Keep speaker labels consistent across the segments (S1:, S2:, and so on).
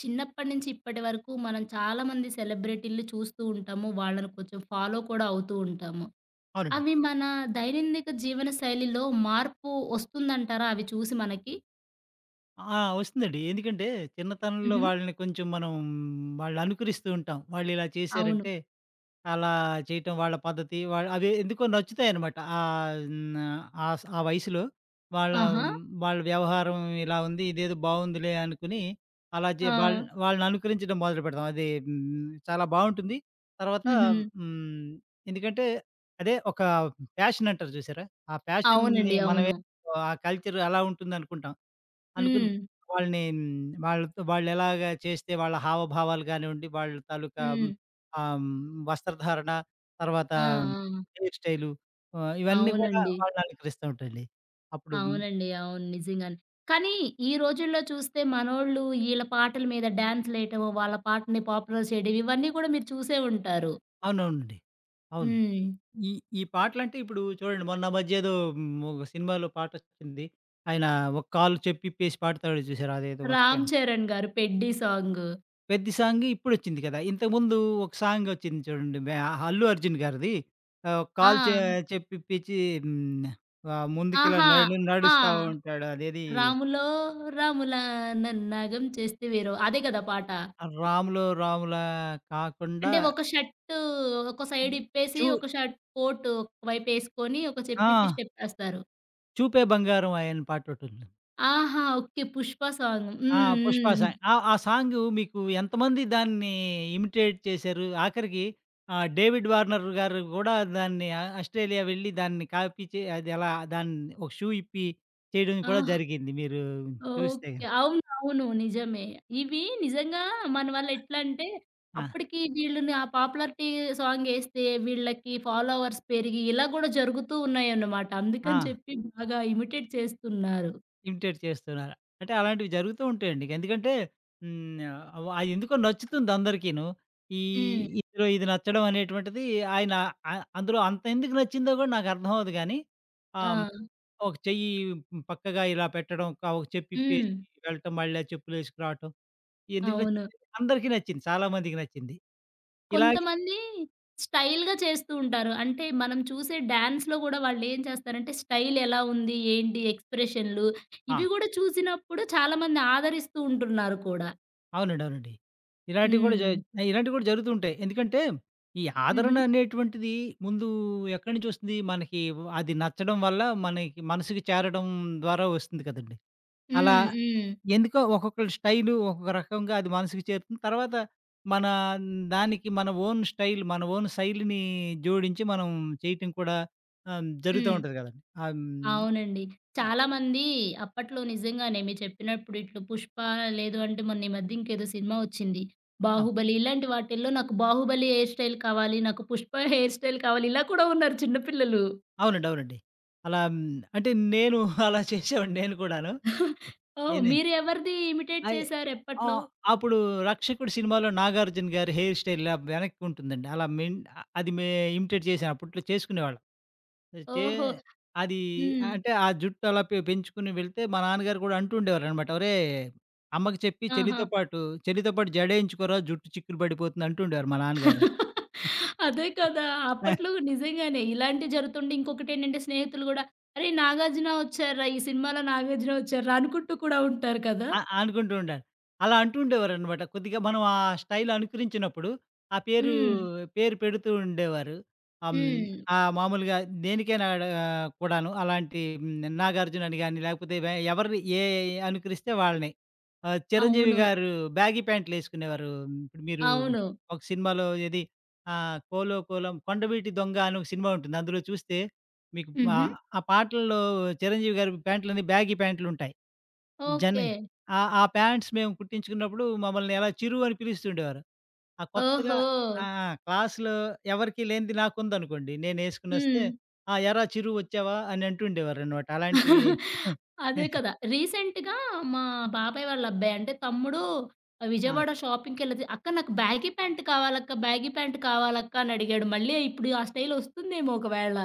S1: చిన్నప్పటి నుంచి ఇప్పటి వరకు మనం చాలా మంది సెలబ్రిటీలు చూస్తూ ఉంటాము. వాళ్ళని కొంచెం ఫాలో కూడా అవుతూ ఉంటాము.
S2: అవునండి.
S1: అవి మన దైనందిక జీవన శైలిలో మార్పు వస్తుందంటారా అవి చూసి మనకి?
S2: ఆ! వస్తుందండి. ఎందుకంటే చిన్నతనంలో
S1: హుహు.
S2: వాళ్ళని కొంచెం మనం వాళ్ళని అనుకరిస్తూ ఉంటాం. వాళ్ళిలా
S1: అవును.
S2: చేశారంటే అలా చేయటం వాళ్ళ పద్ధతి, వాళ్ళ అవి ఎందుకో నచ్చుతాయన్నమాట. ఆహ్, హ్మ్. ఆ వయసులో వాళ్ళ
S1: ఆహా!
S2: వాళ్ళ వ్యవహారం ఇలా ఉంది. ఇదేదో బావుందిలే అనుకుని అలా జే వాళ్
S1: ఆ!
S2: వాళ్ళని అనుకరించడం మొదలుపెడతాం. అది చాలా బావుంటుంది. తర్వాత
S1: హుహు.
S2: హ్మ్. ఎందుకంటే అదే ఒక ప్యాషన్ అంటారు చూసారా? ఆ ప్యాషన్‌ని
S1: అవునండి.
S2: మనమే
S1: అవును.
S2: ఆ కల్చర్ అలా ఉంటుందనుకుంటాం. అనుకుని
S1: హ్మ్.
S2: వాళ్ళని వాళ్ళతో వాళ్ళెలాగా చేస్తే వాళ్ళ హావభావాలు కానివ్వండి, వాళ్ళ తాలూకా
S1: హ్మ్.
S2: ఆహ్, హ్మ్, వస్త్రధారణ, తర్వాత
S1: ఆ!
S2: హ్మ్.
S1: ఆ!
S2: హెయిర్ స్టైలు, ఇవన్నీ కూడా
S1: అవునండి.
S2: వాళ్ళని అలంకరిస్తూ ఉంటాయండి. అప్పుడు
S1: అవునండి. అవును. నిజంగానే. కానీ ఈ రోజుల్లో చూస్తే మనోళ్ళు ఈళ్ళ పాటల మీద డాన్స్‌లేయటము, వాళ్ళ పాటని పాపులర్ చేయడం ఇవన్నీ కూడా మీరు చూసే ఉంటారు.
S2: అవునవునండి. అవును.
S1: హ్మ్.
S2: ఈ ఈ పాటలంటే ఇప్పుడు చూడండి మొన్న మధ్య ఏదో ఒక సినిమాలో పాటొచ్చింది. ఆయన ఒక కాలు చెవిప్పేసి పాడతాడు చూసారా? అదేదో
S1: 'రామ్
S2: మర్చిపోయాను.
S1: చరణ్' గారు 'పెద్ది' సాంగు.
S2: పెద్ద సాంగ్ ఇప్పుడొచ్చింది కదా! ఇంతకుముందు ఒక సాంగొచ్చింది చూడండి. 'అల్లు అర్జున్' గారిది. కాలు చె
S1: ఆ!
S2: చెప్పిప్పిచ్చి. హ్మ్. ముందుకిలా
S1: ఆహా! ఆ!
S2: నడుస్తా ఉంటాడు. అదేది
S1: 'రాములో రాములా నన్నాగం చేస్తివేరో' అదే కదా పాట.
S2: ఆ 'రాములో రాములా' కాకుండా
S1: అంటే ఒక షర్టు ఒక సైడ్ ఇప్పేసి,
S2: చూ
S1: ఒక షర్ట్ కోట్ ఒక వైపు ఏసుకొని, ఒక
S2: ఆ!
S1: చెప్పుప్పి స్టెప్పేస్తారు.
S2: 'చూపే బంగారం ఆయ' అని పాటొటుంది.
S1: ఆహా! ఓకే. 'పుష్ప' సాంగ్.
S2: ఆ!
S1: హ్మ్.
S2: 'పుష్ప'
S1: హ్మ్.
S2: సాంగ్. ఆ! ఆ సాంగు మీకు ఎంతమంది దాన్ని ఇమిటేట్ చేశారు? ఆఖరికి 'డేవిడ్ వార్నర్' గారు గూడా దాన్ని ఆస్ట్రేలియా వెళ్ళి దాన్ని కాపీ చే అది ఎలా దాన్ని ఒక షూ ఇప్పి చేయడం
S1: ఆ!
S2: కూడా జరిగింది. మీరు చూస్తే
S1: ఓకే.
S2: గనక.
S1: అవును. అవును. నిజమే. ఇవి నిజంగా మన వల్ల ఎట్లంటే,
S2: ఆ!
S1: అప్పటికి వీళ్ళని ఆ పాపులారిటీ సాంగేస్తే వీళ్ళకి ఫాలోవర్స్ పెరిగి ఇలా గూడా జరుగుతూ ఉన్నాయన్నమాట.
S2: ఆ!
S1: అందుకని చెప్పి బాగా ఇమిటేట్ చేస్తున్నారు.
S2: ఇమిటేట్ చేస్తున్నారు. అంటే అలాంటివి జరుగుతూ ఉంటాయండి. ఎందుకంటే ఆహ్, వ ఎందుకో నచ్చుతుంది అందరికీను. ఈ
S1: హ్మ్.
S2: ఇందులో ఇది నచ్చడం అనేటువంటిది ఆయన అందులో అంత ఎందుకు నచ్చిందో గూడా నాకు అర్థం అవ్వదు గానీ ఆహ్
S1: ఆ!
S2: ఒక చెయ్యి పక్కగా ఇలా పెట్టడం, ఒక చెప్పు ఇప్పేసి
S1: హ్మ్.
S2: వెళ్ళటం, మళ్ళా చెప్పులేసుకురావటం. ఎందుకు నచ్చింది?
S1: అవును.
S2: అందరికీ నచ్చింది. చాలా మందికి నచ్చింది. ఇలాగే
S1: కొంతమంది స్టైల్‌గా చేస్తూ ఉంటారు. అంటే మనం చూసే డాన్స్‌లో గూడా వాళ్ళేం చేస్తారంటే, స్టైల్ ఎలా ఉంది? ఏంటి? ఎక్స్‌ప్రెషన్‌లు
S2: ఆ!
S1: ఇవి గూడా చూసినప్పుడు చాలామంది ఆదరిస్తూ ఉంటున్నారు కూడా.
S2: అవునండి. అవునండి. ఇలాంటివి కూడా జ
S1: హ్మ్.
S2: ఇలాంటివి కూడా జరుగుతూ ఉంటాయి. ఎందుకంటే, ఈ
S1: హుహు.
S2: ఆదరణ అనేటువంటిది ముందు ఎక్కడి నుంచొస్తుంది? మనకి అది నచ్చడం వల్ల మనకి మనసుకి చేరడం ద్వారా వస్తుంది కదండీ! అలా
S1: హ్మ్. హ్మ్.
S2: ఎందుకో ఒక్కొక్కళ్ళ స్టైలు ఒక్కొక్క రకంగా అది మనసుకు చేరుతుంది. తర్వాత మన దానికి మన ఓన్ స్టైల్, మన ఓన్ శైలిని జోడించి మనం చేయటం కూడా జరుగుతా
S1: హ్మ్.
S2: ఉంటది గదండీ. ఆహ్, హ్మ్.
S1: అవునండి. చాలామంది అప్పట్లో నిజంగానే మీరు చెప్పినప్పుడు ఇట్లు 'పుష్ప' లేదు అంటే మొన్న ఈ మధ్య ఇంకేదో సినిమా వచ్చింది.
S2: ఆ!
S1: 'బాహుబలి' ఇలాంటి వాటిల్లో నాకు 'బాహుబలి' హెయిర్ స్టైల్ కావాలి. నాకు 'పుష్ప' హెయిర్ స్టైల్ కావాలి. ఇలా కూడా ఉన్నారు చిన్న పిల్లలు.
S2: అవునండి. అవునండి. అలా అంటే నేను అలా చేసేవాడిని నేను కూడాను.
S1: ఓహ్!
S2: ఏంది
S1: మీరు ఎవరిది ఇమిటేట్
S2: అయి
S1: చేశారు
S2: ఆ!
S1: ఎప్పట్లో?
S2: అప్పుడు 'రక్షకుడు' సినిమాలో నాగార్జున గారి హెయిర్ స్టైల్ ఇలా వెనక్కుంటుందండి. అలా మెయిన్ అది మే ఇమిటేట్ చేశాను. అప్పట్లో చేసుకునేవాళ్ళం. అది చే
S1: ఓహో!
S2: అది
S1: హ్మ్.
S2: అంటే ఆ జుట్టు అలా పెంచుకొని వెళ్తే మా నాన్నగారు కూడా అంటుండేవారనమాట. "ఒరేయ్! అమ్మకి చెప్పి చెల్లితో పాటు జడేయించుకోరా జుట్టు చిక్కులు పడిపోతుంది" అంటుండేవారు మా నాన్నగారు.
S1: ఆహా! అదే కదా! అప్పట్లో నిజంగానే ఇలాంటివి జరుగుతుండే ఇంకొకటేంటంటే స్నేహితులు గూడా, "అరే! నాగార్జున వచ్చారురా! ఈ సినిమాలో నాగార్జున వచ్చారురా!" అనుకుంటూ కూడా ఉంటారు కదా!
S2: ఆ! అనుకుంటూ ఉండాలి. అలా అంటూ ఉండేవారనమాట. కొద్దిగా మనం ఆ స్టైల్ అనుకరించినప్పుడు, ఆ పేరు,
S1: హ్మ్.
S2: పేరు పెడుతూ ఉండేవారు. ఆహ్, హ్మ్.
S1: హ్మ్.
S2: మామూలుగా దేనికైనా ఆడ కూడాను అలాంటి 'నాగార్జున' అని గాని, లేకపోతే ఎవరిని అనుకరిస్తే వాళ్ళని. 'చిరంజీవి'
S1: అవును.
S2: గారు బ్యాగీ ప్యాంట్‌లేసుకునేవారు. ఇప్పుడు మీరు
S1: అవును.
S2: ఒక సినిమాలో ఏది 'కోలో కోలం కొండవీటి దొంగ' అని ఒక సినిమా ఉంటుంది. అందులో చూస్తే మీకు
S1: హుహు.
S2: ఆ పాటల్లో 'చిరంజీవి' గారి ప్యాంట్లన్నీ బ్యాగీ ప్యాంట్లుంటాయి. జన్
S1: ఓకే.
S2: ఆ! ఆ ప్యాంట్స్ మేము కుట్టించుకున్నప్పుడు మమ్మల్ని అలా చిరు అని పిలుస్తుండేవారు. ఆ కొత్తగా
S1: ఓహో!
S2: ఆ! ఆ! క్లాస్‌లో ఎవరికీ లేనిది నాకుందనుకోండి. నేనేసుకొనొస్తే,
S1: హ్మ్.
S2: "ఆ! ఏరా చిరు వచ్చావా?" అని అంటుండేవారనమాట. అలాంటివి
S1: అదే కదా! రీసెంట్‌గా మా బాబాయ్ వాళ్ళ అబ్బాయి అంటే తమ్ముడు
S2: ఆ!
S1: విజయవాడ షాపింగ్‌కెళ్ళితే, "అక్క నాకు బ్యాగీ ప్యాంట్ కావాలక్క, బ్యాగీ ప్యాంట్ కావాలక్క" అని అడిగాడు. మళ్ళీ ఇప్పుడు ఆ స్టైల్ వస్తుందేమో ఒకవేళ.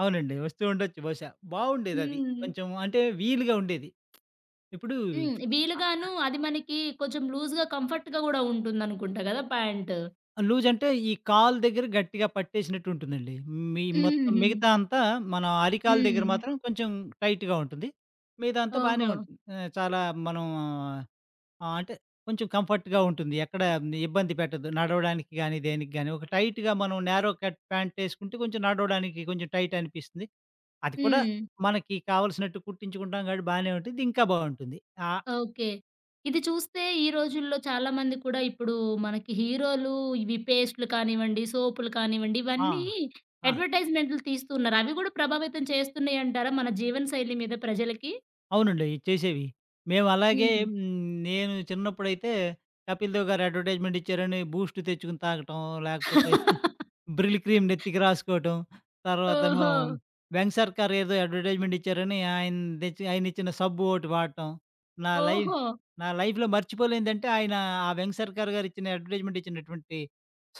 S2: అవునండి. వస్తూ ఉండొచ్చు బహుశా. బావుండేదది.
S1: హ్మ్.
S2: కొంచెం అంటే వీలుగా ఉండేది. ఇప్పుడు
S1: హ్మ్. వీలుగాను అది మనకి కొంచెం లూజ్‌గా, కంఫర్ట్‌గా గూడా ఉంటుందనుకుంటా గదా! ప్యాంటు.
S2: లూజ్ అంటే ఈ కాలు దగ్గర గట్టిగా పట్టేసినట్టు ఉంటుందండి. మీ మొత్తం
S1: హుహు.
S2: మిగతా అంతా మన అరికాలు
S1: హ్మ్.
S2: దగ్గర మాత్రం కొంచెం టైట్‌గా ఉంటుంది. మిగతాదంతా బానే
S1: ఓహో!
S2: ఉంటుంది. చాలా మనం అంటే కొంచెం కంఫర్ట్‌గా ఉంటుంది. ఎక్కడ ఇబ్బంది పెట్టదు. నడవడానికి గానీ, దేనికి గానీ ఒక టైట్‌గా మనం నేరో కట్ ప్యాంట్ ఏసుకుంటే కొంచెం నడవడానికి కొంచెం టైట్ అనిపిస్తుంది. అది కూడా
S1: హ్మ్.
S2: మనకి కావాల్సినట్టు కుట్టించుకుంటాం కాబట్టి బానే ఉంటుంది. ఇంకా బావుంటుంది. ఆహ్,
S1: ఓకే. ఇది చూస్తే ఈ రోజుల్లో చాలామంది కూడా ఇప్పుడు మనకి హీరోలు ఇవి పేస్టులు కానివ్వండి, సోపులు కానివ్వండి,
S2: ఆ!
S1: ఇవన్నీ
S2: ఆ!
S1: అడ్వర్టైజ్‌మెంట్లు తీస్తున్నారు. అవి గూడా ప్రభావితం చేస్తున్నాయంటారా మన జీవన శైలి మీద ప్రజలకి?
S2: అవునండి. చేసేవి. మేమలాగే
S1: హ్మ్.
S2: నేను చిన్నప్పుడైతే 'కపిల్ దేవ్' గారు అడ్వర్టైజ్‌మెంట్ ఇచ్చారని బూస్ట్ తెచ్చుకొని తాగటం, లేకపోతే బ్రిల్ క్రీమ్ నెత్తికి రాసుకోవటం, తర్వాతేమో
S1: ఓహో!
S2: 'వెంగ్ సర్కార్' ఏదో అడ్వర్టైజ్‌మెంట్ ఇచ్చారని ఆయన తెచ్చి ఆయనిచ్చిన సబ్బు ఒకటి వాడటం. నా లైఫ్
S1: ఓహో!
S2: నా లైఫ్‌లో మర్చిపోలేనిదంటే ఆయన ఆ 'వెంగ్ సర్కార్' గారు ఇచ్చిన అడ్వర్టైజ్‌మెంట్ ఇచ్చినటువంటి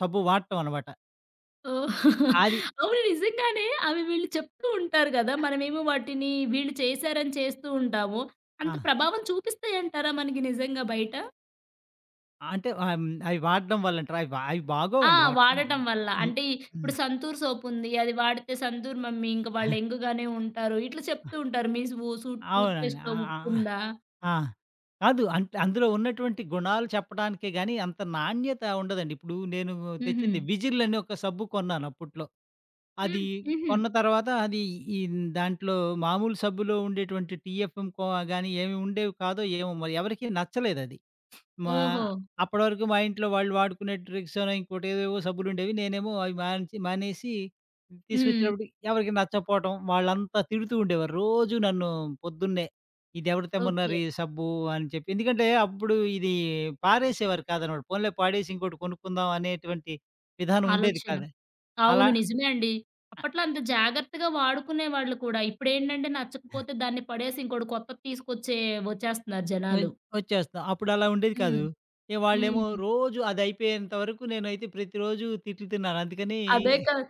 S2: సబ్బు వాడటం అనమాట.
S1: ఓహ్!
S2: అది
S1: అవును. నిజంగానే అవి వీళ్ళు చెప్తూ ఉంటారు గదా! మనమేమో వాటిని వీళ్ళు చేశారని చేస్తూ ఉంటాము. అంత
S2: ఆ!
S1: ప్రభావం చూపిస్తాయంటారా మనకి నిజంగా బయట?
S2: అంటే ఆహ్, హ్మ్. అవి వాడడం వల్లంటారు. అవి
S1: ఆ!
S2: బాగోవండి వాటి
S1: వాడటం
S2: హ్మ్.
S1: వల్ల. అంటే ఇప్పుడు
S2: హ్మ్.
S1: సంతూర్ సోపుంది. అది వాడితే సంతూర్ మమ్మీ ఇంక వాళ్ళు యంగ్‌గానే ఉంటారు. ఇట్లా చెప్తూ ఉంటారు. మీ సు సు టూత్
S2: అవునండి.
S1: పేస్ట్‌లో
S2: ఆ! ఆ!
S1: ఉప్పుందా?
S2: ఆ! కాదు. అంటే అందులో ఉన్నటువంటి గుణాలు చెప్పడానికే గాని, అంత నాణ్యత ఉండదండి. ఇప్పుడు నేను
S1: హుహు.
S2: తెచ్చింది విజిల్ అని ఒక సబ్బు కొన్నాను అప్పట్లో.
S1: హ్మ్.
S2: అది
S1: హుహు.
S2: కొన్న తర్వాత అది ఈ దాంట్లో మామూలు సబ్బులో ఉండేటువంటి టీఎఫ్ఎం గాని ఏమి ఉండేవి కాదో ఏమో మరి ఎవరికీ నచ్చలేదది. మా
S1: ఓహో!
S2: అప్పటివరకు మా ఇంట్లో వాళ్ళు వాడుకునే ట్రిక్సనో, ఇంకోటి ఏవేవో సబ్బులుండేవి. నేనేమో అవి మానేసి
S1: హ్మ్.
S2: తీసుకొచ్చినప్పుడు ఎవరికీ నచ్చకపోవటం, వాళ్ళంతా తిడుతూ ఉండేవారు. రోజు నన్ను పొద్దున్నే, "ఇదెవరు తెమ్మన్నారు
S1: ఓకే.
S2: ఈ సబ్బు" అని చెప్పి. ఎందుకంటే అప్పుడు ఇది పారేసేవారు కాదనమాట. పోన్లే పాడేసి ఇంకోటి కొనుక్కుందాం అనేటువంటి విధానం ఉండేది
S1: ఆలోచన.
S2: కాదు. అలా
S1: అవును. నిజమే అండి. అప్పట్లో అంత జాగ్రత్తగా వాడుకునేవాళ్ళు కూడా. ఇప్పుడేంటంటే నచ్చకపోతే దాన్ని పడేసి ఇంకోటి కొత్తది వచ్చేస్తున్నారు
S2: ఒయ్
S1: జనాలు.
S2: వచ్చేస్తాం. అప్పుడు అలా ఉండేది
S1: హ్మ్.
S2: కాదు. ఇగ వాళ్ళేమో
S1: హ్మ్.
S2: రోజు అదయిపోయేంత వరకు నేనైతే ప్రతిరోజు తిట్లు తిన్నాను. అందుకని
S1: అదే కదా!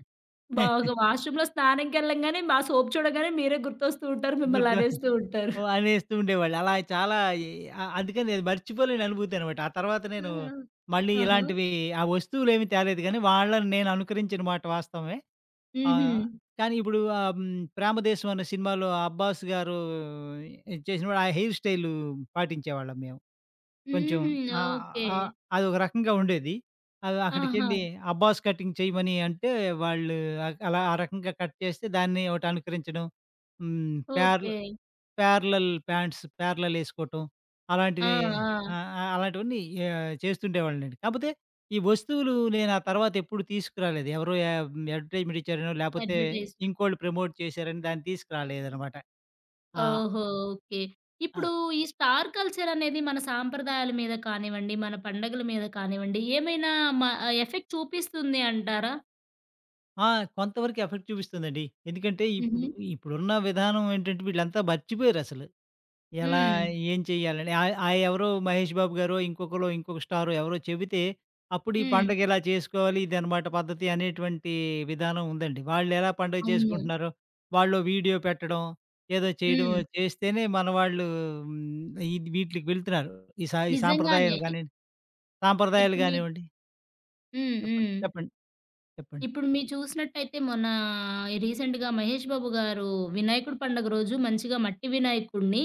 S1: బాగా వాష్‌రూమ్‌లో స్నానంకెళ్ళంగానే మా సోప్ చూడగానే మీరే గుర్తొస్తూ ఉంటారు. మిమ్మల్ని
S2: గుర్తు
S1: అనేస్తూ ఉంటారు.
S2: ఓహ్! అనేస్తూ ఉండేవాళ్ళు. అలా చాలా ఎ అందుకని అది మర్చిపోలేని అనుభూతి అనమాట. ఆ తర్వాత నేను
S1: ఆహా!
S2: మళ్ళీ
S1: ఆహా!
S2: ఇలాంటివి ఆ వస్తువులేమి తేలేదు గానీ, వాళ్ళని నేను అనుకరించిన మాట వాస్తవమే.
S1: హుహు.
S2: ఆహ్, కానీ ఇప్పుడు 'ప్రేమదేశం' అనే సినిమాలో 'అబ్బాస్' గారు చేసినప్పుడు ఆ హెయిర్ స్టైలు పాటించేవాళ్ళం మేము. కొంచెం
S1: హుహు.
S2: ఆహ్,
S1: ఓకే.
S2: ఆహ్, అదొక రకంగా ఉండేది. అది
S1: ఆహా!
S2: అక్కడికెళ్ళి అబ్బాస్ కటింగ్ చేయమని అంటే వాళ్ళు అలా ఆ రకంగా కట్ చేస్తే దాన్ని ఒకటి అనుకరించడం. హ్మ్. Parallel
S1: okay.
S2: Parallel pants parallel ఏసుకోవటం.
S1: ఆ!
S2: అలాంటివి
S1: ఆ!
S2: ఆహ్, ఆహ్, అలాంటివన్నీ చేస్తుండేవాడినండి. కాపోతే ఈ వస్తువులు నేను ఆ తర్వాత ఎప్పుడు తీసుకురాలేదు. ఎవరో అడ్వర్టైజ్‌మెంట్ ఇచ్చారనో, లేపోతే
S1: అడ్వర్‌టైజ్.
S2: ఇంకోళ్ళు ప్రమోట్ చేశారని దాన్ని తీసుకురాలేదనమాట. ఆ!
S1: ఓహో! ఓకే.
S2: ఆ!
S1: ఇప్పుడు ఈ స్టార్ కల్చర్ అనేది మన సాంప్రదాయాల మీద కానివ్వండి, మన పండగల మీద కానివ్వండి, ఏమైనా మ ఎఫెక్ట్ చూపిస్తుంది అంటారా?
S2: ఆ! కొంతవరకు ఎఫెక్ట్ చూపిస్తుందండి. ఎందుకంటే
S1: హుహు.
S2: ఇప్పుడు ఇప్పుడున్న విధానం ఏంటంటే వీళ్ళంతా మర్చిపోయారసలు. ఎలా,
S1: హ్మ్.
S2: ఏం చేయాలని ఆ ఆ ఎవరో 'మహేష్ బాబు' గారో, ఇంకొక స్టారో ఎవరో చెబితే, అప్పుడు ఈ
S1: హ్మ్.
S2: పండగ ఇలా చేసుకోవాలి ఇదనమాట పద్ధతి అనేటువంటి విధానం ఉందండి. వాళ్ళెలా పండుగ
S1: అవును.
S2: చేసుకుంటున్నారో, వాళ్ళు వీడియో పెట్టడం, ఏదో చేయడం
S1: హ్మ్.
S2: చేస్తేనే మన వాళ్ళు హ్మ్, ఇది వీటిలకి వెళ్తున్నారు. ఈ
S1: నిజంగానే.
S2: సాంప్రదాయాలు కానివ్వండి, సాంప్రదాయాలు
S1: ఇప్పుడు మీ
S2: కానివ్వండి.
S1: హ్మ్.
S2: చెప్పండి.
S1: హ్మ్.
S2: చెప్పండి. చెప్పండి.
S1: ఇప్పుడు మీరు చూసినట్టయితే మొన్న రీసెంట్‌గా 'మహేష్ బాబు' గారు వినాయకుడి పండుగ రోజు మంచిగా మట్టి వినాయకుడిని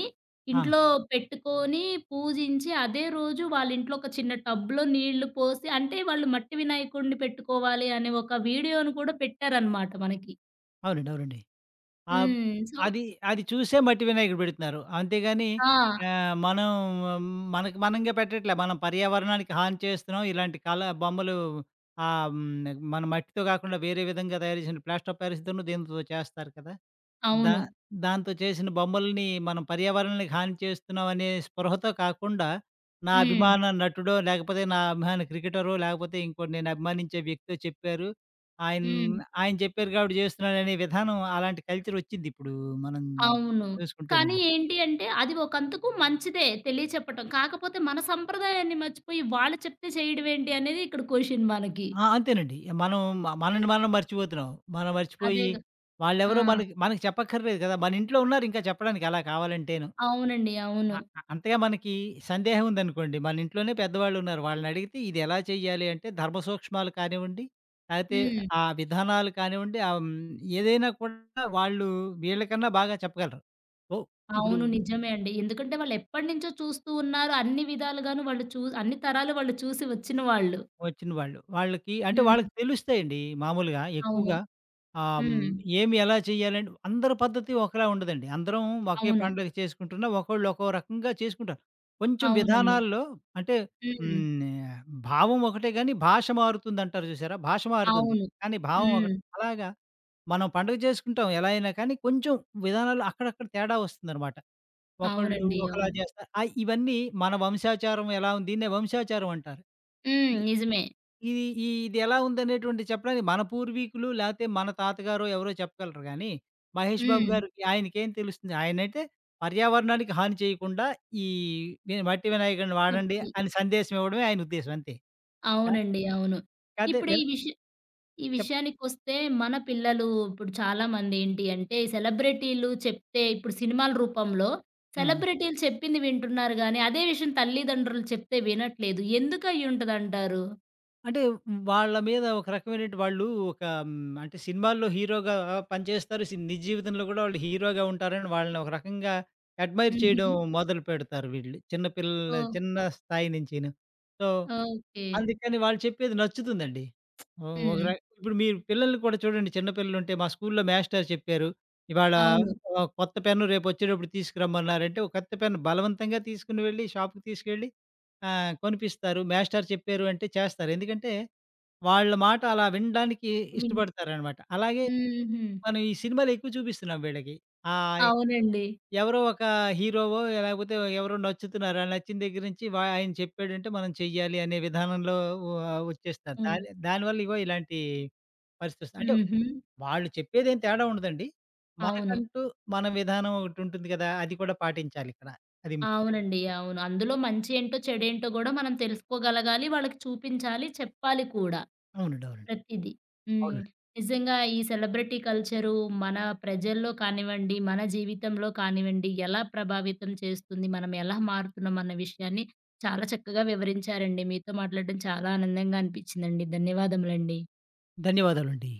S2: ఆ!
S1: ఇంట్లో పెట్టుకొని, పూజించి అదే రోజు వాళ్ళ ఇంట్లో ఒక చిన్న టబ్‌లో నీళ్లు పోసి అంటే వాళ్ళు మట్టి వినాయకుడిని పెట్టుకోవాలి అనే ఒక వీడియోను కూడా పెట్టారనమాట మనకి.
S2: అవునండి. అవునండి. ఆ!
S1: హ్మ్. సో
S2: అది, అది చూసే మట్టి వినాయకుడు పెడుతున్నారు. అంతేగాని
S1: ఆ!
S2: మనం మనకు మనంగా పెట్టట్లే. మనం పర్యావరణానికి హాని చేస్తున్నాం. ఇలాంటి కళ బొమ్మలు మన మట్టితో కాకుండా వేరే విధంగా తయారు చేసిన ప్లాస్టర్ ఆఫ్ పారిస్‌తోను, దీనితో చేస్తారు కదా! దా
S1: అవును.
S2: దాంతో చేసిన బొమ్మలని మనం పర్యావరణానికి హాని చేస్తున్నామనే స్పృహతో కాకుండా, నా
S1: హ్మ్.
S2: అభిమాన నటుడో, లేకపోతే నా అభిమాన క్రికెటరో, లేకపోతే ఇంకోటి నేను అభిమానించే వ్యక్తో చెప్పారు. ఆయన
S1: హ్మ్.
S2: ఆయన చెప్పారు కాబట్టి చేస్తున్నాననే విధానం అలాంటి కల్చరొచ్చిందిప్పుడు మనం
S1: అవును. కానీ
S2: చూసుకుంటేనండి.
S1: ఏంటి అంటే అది ఒకంతకు మంచిదే తెలియచెప్పటం. కాకపోతే మన సంప్రదాయాన్ని మర్చిపోయి వాళ్ళు చెప్తే చేయడం ఏంటి అనేది ఇక్కడ క్వెషన్ మనకి.
S2: ఆ! అంతేనండి. మనం మ మనల్ని మనం మర్చిపోతున్నాం. మనం మర్చిపోయి
S1: అదేగా. ఆ!
S2: వాళ్ళెవరో మనకి మనకి చెప్పక్కర్లేదు కదా! మన ఇంట్లో ఉన్నారింకా చెప్పడానికి అలా కావాలంటేను.
S1: అవునండి. అవును.
S2: అ అ అంతగా మనకి సందేహం ఉందనుకోండి, మన ఇంట్లోనే పెద్దవాళ్ళున్నారు. వాళ్ళనడిగితే ఇదెలా చెయ్యాలి అంటే, ధర్మ సూక్ష్మాలు కానివ్వండి, లేతే
S1: హ్మ్.
S2: ఆ విధానాలు కానివ్వండి, ఏదైనా కూడా వాళ్ళు వీళ్ళకన్నా బాగా చెప్పగలరు. ఓహ్! ఇప్పుడు
S1: అవును. నిజమే అండి. ఎందుకంటే వాళ్ళెప్పటినుంచో చూస్తూ ఉన్నారు. అన్ని విధాలుగాను వాళ్ళు అన్ని తరాలు వాళ్ళు చూసి వచ్చిన వాళ్ళు.
S2: వచ్చిన వాళ్ళు. వాళ్ళకి అంటే
S1: హ్మ్.
S2: వాళ్ళకి తెలుస్తాయండి మామూలుగా
S1: అవును.
S2: ఎక్కువగా. ఆహ్, హ్మ్,
S1: హ్మ్.
S2: ఏమి ఎలా చేయాలని అందరి పద్ధతి ఒకలా ఉండదండి. అందరం ఒకే
S1: అవును.
S2: పండుగ చేసుకుంటున్నా ఒకళ్ళు ఒక్కో రకంగా చేసుకుంటారు. కొంచెం
S1: అవునండి.
S2: విధానాల్లో అంటే
S1: హ్మ్.
S2: హ్మ్, భావం ఒకటే గాని భాష మారుతుందంటారు చూసారా? భాష మారుతుంది.
S1: అవును.
S2: కానీ భావం
S1: హ్మ్.
S2: ఒకటే. అలాగా మనం పండుగ చేసుకుంటాం ఎలా అయినా కానీ కొంచెం విధానాల్లో అక్కడక్కడ తేడా వస్తుందనమాట. ఒకళ్ళు
S1: అవునండి.
S2: ఒకలా
S1: అవును.
S2: చేస్తారు. ఇవన్నీ మన వంశాచారం ఎలా ఉంది దీన్నే వంశాచారం అంటారు.
S1: హ్మ్. నిజమే.
S2: ఇది ఈ ఇదెలా ఉందనేటువంటిది చెప్పడానికి మన పూర్వీకులు లేతే మన తాతగారో ఎవరో చెప్పగలరు గానీ, 'మహేష్ బాబు'
S1: హ్మ్.
S2: గారికి ఆయనకేం తెలుస్తుంది? ఆయనైతే పర్యావరణానికి హాని చేయకుండా ఈ వి మట్టి వినాయకుడిని వాడండి
S1: మట్టి.
S2: అని సందేశం ఇవ్వడమే ఆయన ఉద్దేశం అంతే. కా
S1: అవునండి. అవును.
S2: కాతే
S1: ఇప్పుడు
S2: విన
S1: ఈ
S2: చెప్
S1: విషయానికొస్తే మన పిల్లలు ఇప్పుడు చాలామంది ఏంటి అంటే, సెలబ్రిటీలు చెప్తే ఇప్పుడు సినిమాల రూపంలో
S2: హ్మ్.
S1: సెలబ్రిటీలు చెప్పింది వింటున్నారు గానీ, అదే విషయం తల్లిదండ్రులు చెప్తే వినట్లేదు. ఎందుకు అయ్యుంటదంటారు?
S2: అంటే వాళ్ళ మీద ఒక రకమైనటి వాళ్ళు ఒక అంటే సినిమాల్లో హీరోగా పనిచేస్తారు. నిజ జీవితంలో కూడా వాళ్ళు హీరోగా ఉంటారని వాళ్ళని ఒక రకంగా అడ్మైర్ చేయడం
S1: హుహు.
S2: మొదలుపెడతారు వీళ్ళు. చిన్న పిల్లల
S1: ఓహ్!
S2: చిన్న స్థాయి నుంచిను. So
S1: okay.
S2: అందుకని వాళ్ళు చెప్పేది నచ్చుతుందండి. ఓ ఒక
S1: హ్మ్.
S2: ర ఇప్పుడు మీరు పిల్లల్ని కూడా చూడండి చిన్న పిల్లలుంటే మా స్కూల్‌లో మాస్టారు చెప్పారు. ఇవాళ హ్మ్.
S1: అవును.
S2: కొత్త పెన్ను రేపొచ్చేటప్పుడు తీసుకురమ్మన్నారంటే, ఒక కొత్త పెన్ను బలవంతంగా తీసుకొని వెళ్ళి షాప్‌కి తీసుకెళ్ళి కొనిపిస్తారు. మాస్టారు చెప్పారు అంటే చేస్తారు. ఎందుకంటే వాళ్ళ మాట అలా వినడానికి
S1: విన్
S2: ఇష్టపడతారనమాట. అలాగే
S1: హుహు.
S2: మనం ఈ సినిమాలు ఎక్కువ చూపిస్తున్నాం వీళ్ళకి. ఆ!
S1: అవునండి.
S2: ఎవరో ఒక హీరోవో లేకపోతే ఎవరో నచ్చుతున్నారు. ఆ నచ్చిన దగ్గర నుంచి ఆయన చెప్పాడంటే మనం చెయ్యాలి అనే విధానంలో వ వచ్చేస్తారు.
S1: హ్మ్.
S2: దానివల్ల ఇగో ఇలాంటి పరిస్థితొస్తుంది. అంటే
S1: హుహు.
S2: వాళ్ళు చెప్పేదేం తేడా ఉండదండి.
S1: అవును.
S2: మనకంటూ మన విధానం ఒకటుంటుంది కదా! అది కూడా పాటించాలిక్కడ. అది ముఖ్యం.
S1: అవునండి. అవును. అందులో మంచి ఏంటో, చెడేంటో గూడా మనం తెలుసుకోగలగాలి. వాళ్ళకి చూపించాలి, చెప్పాలి కూడా.
S2: అవునండి. అవునండి.
S1: ప్రతీదీ. హ్మ్.
S2: అవునండి.
S1: నిజంగా ఈ సెలబ్రిటీ కల్చరు మన ప్రజల్లో కానివ్వండి, మన జీవితంలో కానివ్వండి, ఎలా ప్రభావితం చేస్తుంది, మనం ఎలా మారుతున్నాం అన్న విషయాన్ని చాలా చక్కగా వివరించారండి. మీతో మాట్లాడడం చాలా ఆనందంగా అనిపించిందండి. ధన్యవాదములండి.
S2: ధన్యవాదాలండి.